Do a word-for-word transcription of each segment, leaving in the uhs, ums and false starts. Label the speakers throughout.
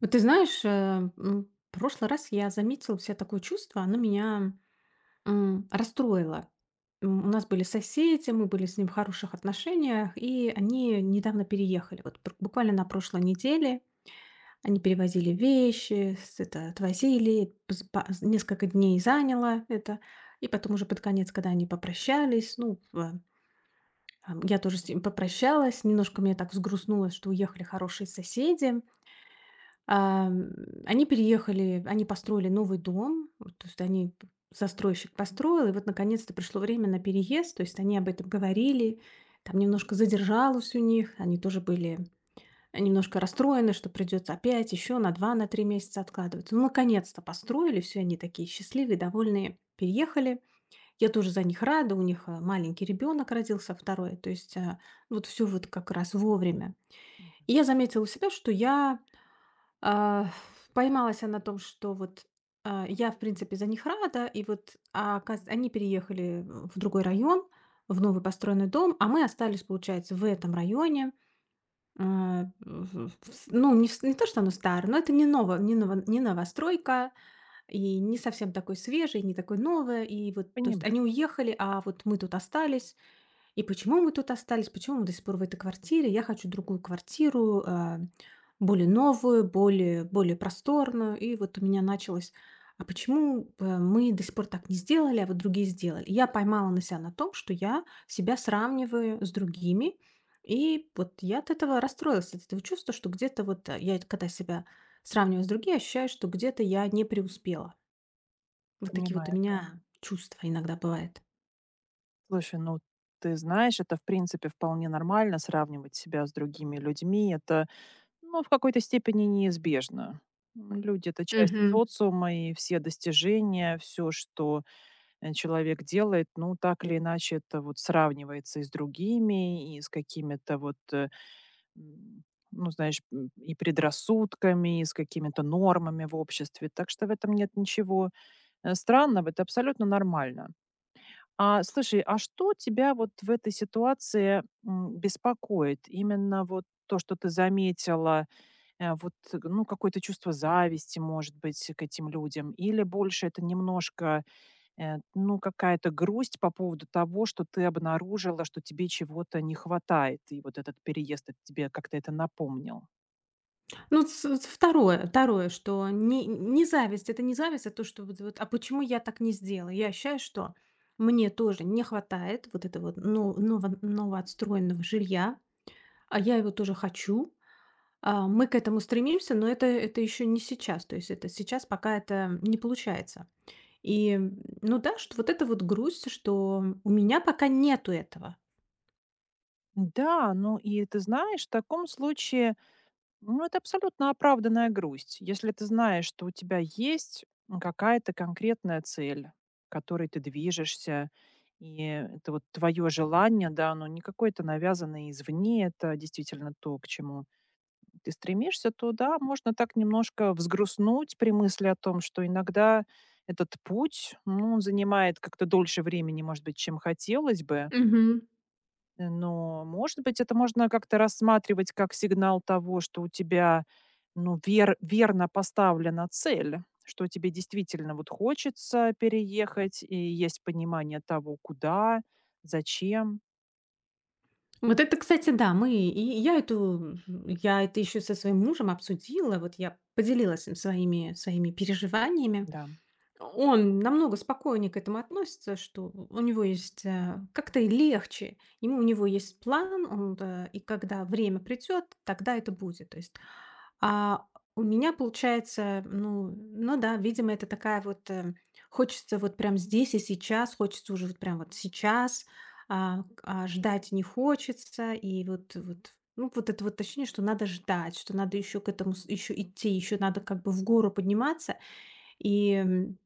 Speaker 1: Вот ты знаешь, э, м, в прошлый раз я заметила у себя такое чувство, оно меня м, расстроило. М, У нас были соседи, мы были с ним в хороших отношениях, и они недавно переехали. Вот бр- буквально на прошлой неделе они перевозили вещи, с- это, отвозили, пс- па- с- несколько дней заняло это. И потом уже под конец, когда они попрощались, ну, в- а, я тоже с ним попрощалась, немножко меня так взгрустнуло, что уехали хорошие соседи. Ам, Они переехали, они построили новый дом, вот, то есть они п застройщик построил, и вот наконец-то пришло время на переезд. То есть они об этом говорили, там немножко задержалось у них, они тоже были немножко расстроены, что придется опять еще на два на три месяца откладывать. Ну, наконец-то построили, все они такие счастливые, довольные, переехали. Я тоже за них рада, у них, э, маленький ребенок родился, второй. То есть, а, вот все вот как раз вовремя. И я заметила у себя, что я а, поймалась она на том, что вот, а, я, в принципе, за них рада, и вот, а, оказ они переехали, э, в другой район, в новый построенный дом, а мы остались, получается, в этом районе. А, в в с Ну, не в с не то, что оно старое, но это не ново не ново не новостройка, и не совсем такой свежий, не такой новое. И вот, то есть они
Speaker 2: Понимаю,
Speaker 1: уехали, а вот мы тут остались. И почему мы тут остались? Почему мы до сих пор в этой квартире? Я хочу другую квартиру, а, более новую, более, более просторную. И вот у меня началось, а почему э, мы до сих пор так не сделали, а вот другие сделали? И я поймала на себя на том, что я себя сравниваю с другими. И вот я от этого расстроилась, от этого чувства, что где-то вот э, я, когда себя сравниваю с другими, ощущаю, что где-то я не преуспела. Вот такие вот
Speaker 2: понимаю,
Speaker 1: у
Speaker 2: да.
Speaker 1: меня чувства иногда бывают.
Speaker 2: Слушай, ну ты знаешь, это в принципе вполне нормально сравнивать себя с другими людьми. Это, ну, в какой-то степени неизбежно. М, Люди это часть
Speaker 1: Мгм.
Speaker 2: социума, и все достижения, все, что э, человек делает, ну, так или иначе, это вот сравнивается и с другими, и с какими-то вот, э, м, ну, знаешь, м, и предрассудками, и с какими-то нормами в обществе. Так что в этом нет ничего э, странного, это абсолютно нормально. А, слушай, а что тебя вот в этой ситуации, м, беспокоит? Именно вот то, что ты заметила, э, вот, э, ну, какое-то чувство зависти, может быть, к этим людям? Или больше это немножко, э, ну, какая-то грусть по поводу того, что ты обнаружила, что тебе чего-то не хватает, и вот этот переезд это тебе как-то это напомнил?
Speaker 1: Ну, ц ц второе второе, что не не зависть. Это не зависть, а то, что вот вот: "А почему я так не сделала?" Я ощущаю, что мне тоже не хватает вот этого вот но ново новоотстроенного жилья, а я его тоже хочу. А, мы к этому стремимся, но это это еще не сейчас. То есть это сейчас пока это не получается. И, м, ну да, что вот это вот грусть, что у меня пока нету этого.
Speaker 2: Да, ну и ты знаешь, в таком случае, ну, это абсолютно оправданная грусть. Если ты знаешь, что у тебя есть какая-то конкретная цель, к которой ты движешься, и это вот твое желание, да, оно не какое-то навязанное извне, это действительно то, к чему ты стремишься, то да, можно так немножко взгрустнуть при мысли о том, что иногда этот путь, ну, он занимает как-то дольше времени, может быть, чем хотелось бы, но, может быть, это можно как-то рассматривать как сигнал того, что у тебя, ну, вер верно поставлена цель, что тебе действительно вот хочется переехать и есть понимание того, куда, зачем.
Speaker 1: Вот это, кстати, да, мы и я эту я это еще со своим мужем обсудила, вот я поделилась им своими своими переживаниями.
Speaker 2: Да,
Speaker 1: Он намного спокойнее к этому относится, что у него есть, э, как-то и легче. Ему У него есть план, он, да, и когда время придет, тогда это будет. То есть а у меня получается, ну ну да, видимо, это такая вот, э, хочется вот прям здесь и сейчас, хочется уже вот прям вот сейчас, а, к а ждать не хочется. И вот вот, ну, вот это вот ощущение, что надо ждать, что надо еще к этому, еще идти, еще надо как бы в гору подниматься. И, м,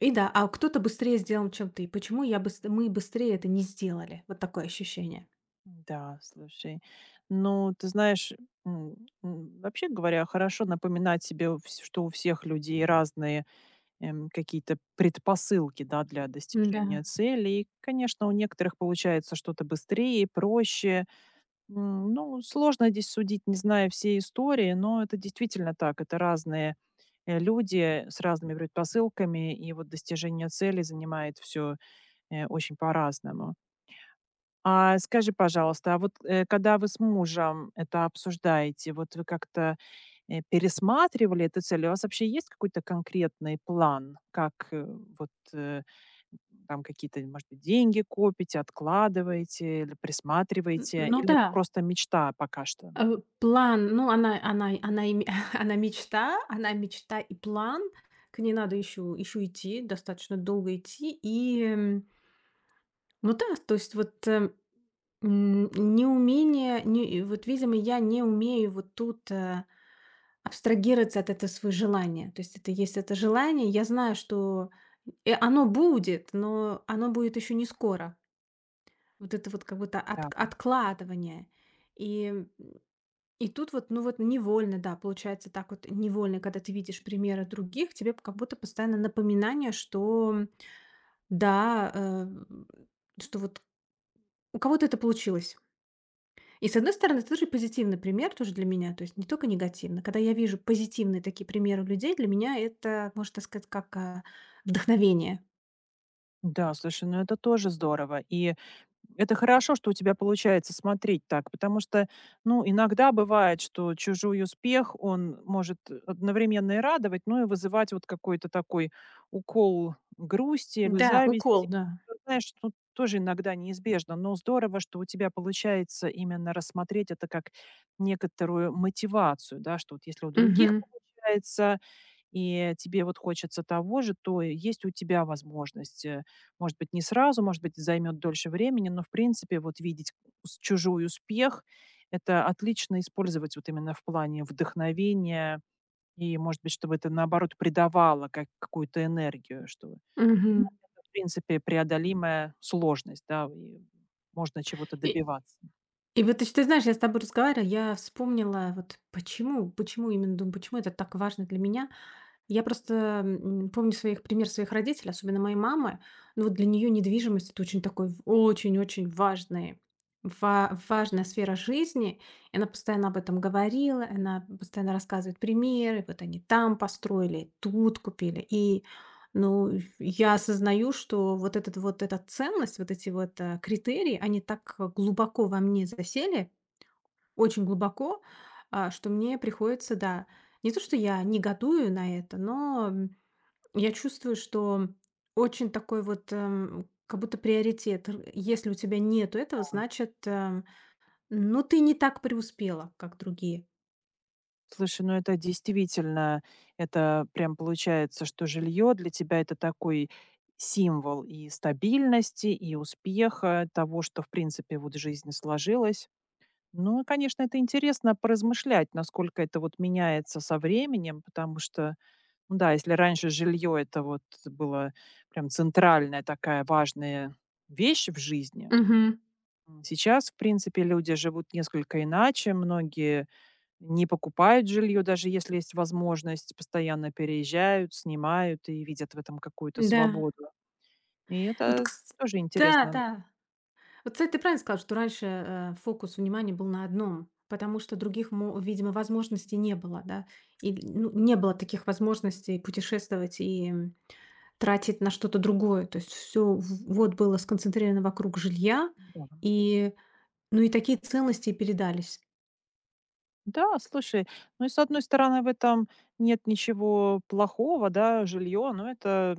Speaker 1: и да, а кто-то быстрее сделал, чем ты. Почему я быс мы быстрее это не сделали? Вот такое ощущение.
Speaker 2: да, слушай. Ну, ты знаешь, м, м, вообще говоря, хорошо напоминать себе, у вс что у всех людей разные эм, какие-то предпосылки, да, для
Speaker 1: Да.
Speaker 2: достижения цели. И, конечно, у некоторых получается что-то быстрее, проще. М, Ну, сложно здесь судить, не зная всей истории, но это действительно так. Это разные э, люди с разными предпосылками, и вот достижение цели занимает все очень по-разному. А скажи, пожалуйста, а вот, э, когда вы с мужем это обсуждаете, вот вы как-то, э, пересматривали эту цель? У вас вообще есть какой-то конкретный план, как, э, вот, э, там какие-то, может быть, деньги копите, откладываете или
Speaker 1: Н
Speaker 2: присматриваете,
Speaker 1: Ну
Speaker 2: или
Speaker 1: да.
Speaker 2: это просто мечта пока что?
Speaker 1: Э, план, ну, она она она и ме она мечта, она мечта и план. К ней надо еще еще идти, достаточно долго идти. И, м, ну да, то есть вот, эм, м, неумение, не и вот, видимо, я не умею вот тут, э, абстрагироваться от этого своего желания. То есть это есть это желание, я знаю, что, э, оно будет, но оно будет еще не скоро. Вот это вот как будто
Speaker 2: Да.
Speaker 1: отк откладывание. И, И тут вот, ну вот невольно, да, получается так вот невольно, когда ты видишь примеры других, тебе как будто постоянно напоминание, что да, э, что вот у кого-то это получилось. И с одной стороны, это тоже позитивный пример тоже для меня, то есть не только негативно. Когда я вижу позитивные такие примеры у людей, для меня это, можно так сказать, как а, вдохновение.
Speaker 2: Да, слушай, ну это тоже здорово. И это хорошо, что у тебя получается смотреть так, потому что, ну, иногда бывает, что чужой успех, он может одновременно и радовать, но и вызывать вот какой-то такой укол грусти или
Speaker 1: Да, укол,
Speaker 2: зависти.
Speaker 1: да.
Speaker 2: Ну, Знаешь, тут тоже иногда неизбежно, но здорово, что у тебя получается именно рассмотреть это как некоторую мотивацию, да, что вот если у других
Speaker 1: Мгм.
Speaker 2: получается, и тебе вот хочется того же, то есть у тебя возможность. э, Может быть, не сразу, может быть, займет дольше времени, но, в принципе, вот видеть с- чужой успех — это отлично использовать вот именно в плане вдохновения и, может быть, чтобы это, наоборот, придавало как, какую-то энергию, что, ну,
Speaker 1: Мгм.
Speaker 2: это, в принципе, преодолимая сложность, да, и можно чего-то
Speaker 1: И,
Speaker 2: добиваться.
Speaker 1: и вот ты, ты знаешь, я с тобой разговаривала, я вспомнила вот почему, почему именно думаю, почему это так важно для меня. Я просто, м, помню своих пример своих родителей, особенно моей мамы. Ну, вот для нее недвижимость — это очень такой в очень-очень важный ва важная сфера жизни. И она постоянно об этом говорила, и она постоянно рассказывает примеры. Вот они там построили, тут купили. И, ну, я осознаю, что вот этот вот эта ценность, вот эти вот, э, критерии, они так э, глубоко во мне засели. Очень глубоко, а, что мне приходится, да, не то, что я негодую на это, но, м, я чувствую, что очень такой вот, эм, как будто приоритет. Р Если у тебя нету этого, значит, эм, ну, ты не так преуспела, как другие.
Speaker 2: Слушай, ну это действительно, это прям получается, что жилье для тебя это такой символ и стабильности, и успеха, того, что в принципе вот жизнь сложилась. Ну и, конечно, это интересно поразмышлять, насколько это вот меняется со временем, потому что, ну да, если раньше жилье это вот было прям центральная такая важная вещь в жизни,
Speaker 1: Мгм.
Speaker 2: м, сейчас, в принципе, люди живут несколько иначе, многие не покупают жилье, даже если есть возможность, постоянно переезжают, снимают и видят в этом какую-то
Speaker 1: Да.
Speaker 2: свободу. И
Speaker 1: Вот
Speaker 2: это
Speaker 1: кс
Speaker 2: тоже
Speaker 1: Да,
Speaker 2: интересно.
Speaker 1: да. Вот, кстати, ты правильно сказала, что раньше, э, фокус внимания был на одном, потому что других, мо видимо, возможностей не было, да. И, ну, не было таких возможностей путешествовать и тратить на что-то другое. То есть все вот было сконцентрировано вокруг жилья,
Speaker 2: Да,
Speaker 1: и, ну, и такие ценности и передались.
Speaker 2: Да, слушай, ну и с одной стороны в этом нет ничего плохого, да, жилье, но это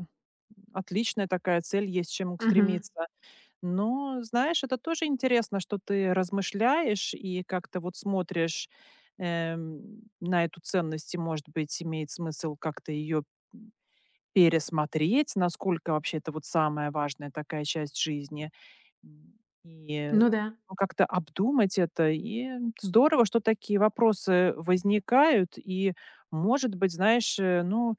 Speaker 2: отличная такая цель, есть к чему
Speaker 1: Мгм.
Speaker 2: стремиться. Но, знаешь, это тоже интересно, что ты размышляешь и как-то вот смотришь эм, на эту ценность, и, может быть, имеет смысл как-то ее Пересмотреть, насколько вообще это вот самая важная такая часть жизни. М, и,
Speaker 1: Ну да.
Speaker 2: ну, как-то обдумать это. И здорово, что такие вопросы возникают. И, может быть, знаешь, э, ну,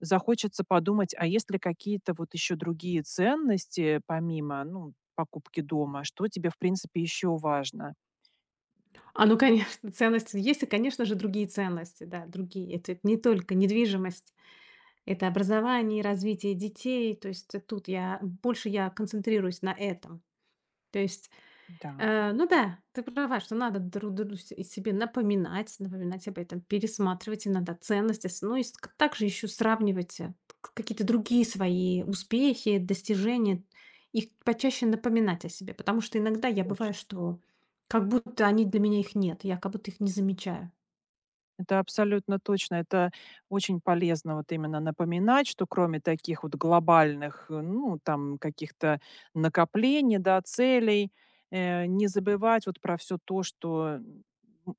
Speaker 2: захочется подумать, а есть ли какие-то вот еще другие ценности помимо, ну, покупки дома? Что тебе, в принципе, еще важно?
Speaker 1: А, ну, конечно, ценности есть, и, конечно же, другие ценности, да, другие. Это не только недвижимость, это образование и развитие детей. То есть тут я больше я концентрируюсь на этом. То есть
Speaker 2: Да,
Speaker 1: Э, ну да, ты права, что надо друг другу с- и себе напоминать, напоминать об этом, пересматривать иногда ценности, с- ну и с- к- также еще сравнивать э, к- какие-то другие свои успехи, достижения, и почаще напоминать о себе, потому что иногда я бываю,
Speaker 2: точно.
Speaker 1: что как будто они для меня их нет, я как будто их не замечаю.
Speaker 2: Это абсолютно точно. Это очень полезно вот именно напоминать, что кроме таких вот глобальных, э, ну, там, каких-то накоплений, да, целей, э, не забывать вот про все то, что м,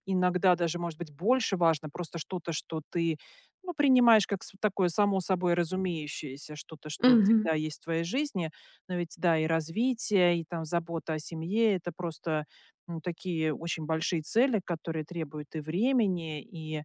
Speaker 2: иногда даже, может быть, больше важно, просто что-то, что ты, ну, принимаешь как с такое само собой разумеющееся, что-то, что
Speaker 1: Мгм.
Speaker 2: всегда есть в твоей жизни. Но ведь, да, и развитие, и там забота о семье — это просто, ну, такие очень большие цели, которые требуют и времени, и, э,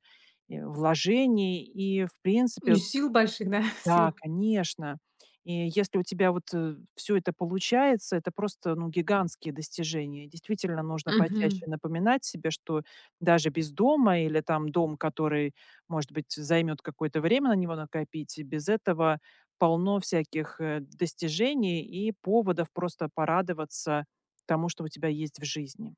Speaker 2: вложений, и, в принципе,
Speaker 1: И
Speaker 2: вот
Speaker 1: сил больших, да,
Speaker 2: да,
Speaker 1: сил.
Speaker 2: конечно. И если у тебя вот, все это получается, это просто, ну, гигантские достижения. Действительно, нужно
Speaker 1: Мгм.
Speaker 2: почаще напоминать себе, что даже без дома или там дом, который, может быть, займет какое-то время на него накопить, и без этого полно всяких, э, достижений и поводов просто порадоваться тому, что у тебя есть в жизни.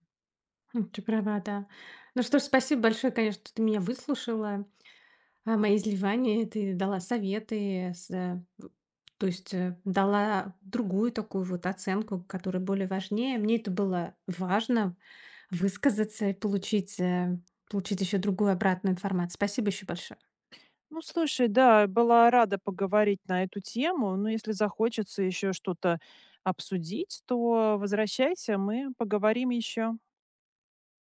Speaker 1: М, Ты права, да. Ну что ж, спасибо большое, конечно, что ты меня выслушала. А, мои изливания, ты дала советы, с, э, в то есть, э, дала другую такую вот оценку, которая более важнее. Мне это было важно высказаться и получить, э, получить еще другую обратную информацию. Спасибо еще большое.
Speaker 2: Ну, слушай, да, была рада поговорить на эту тему, но если захочется еще что-то обсудить, то возвращайся, мы поговорим еще.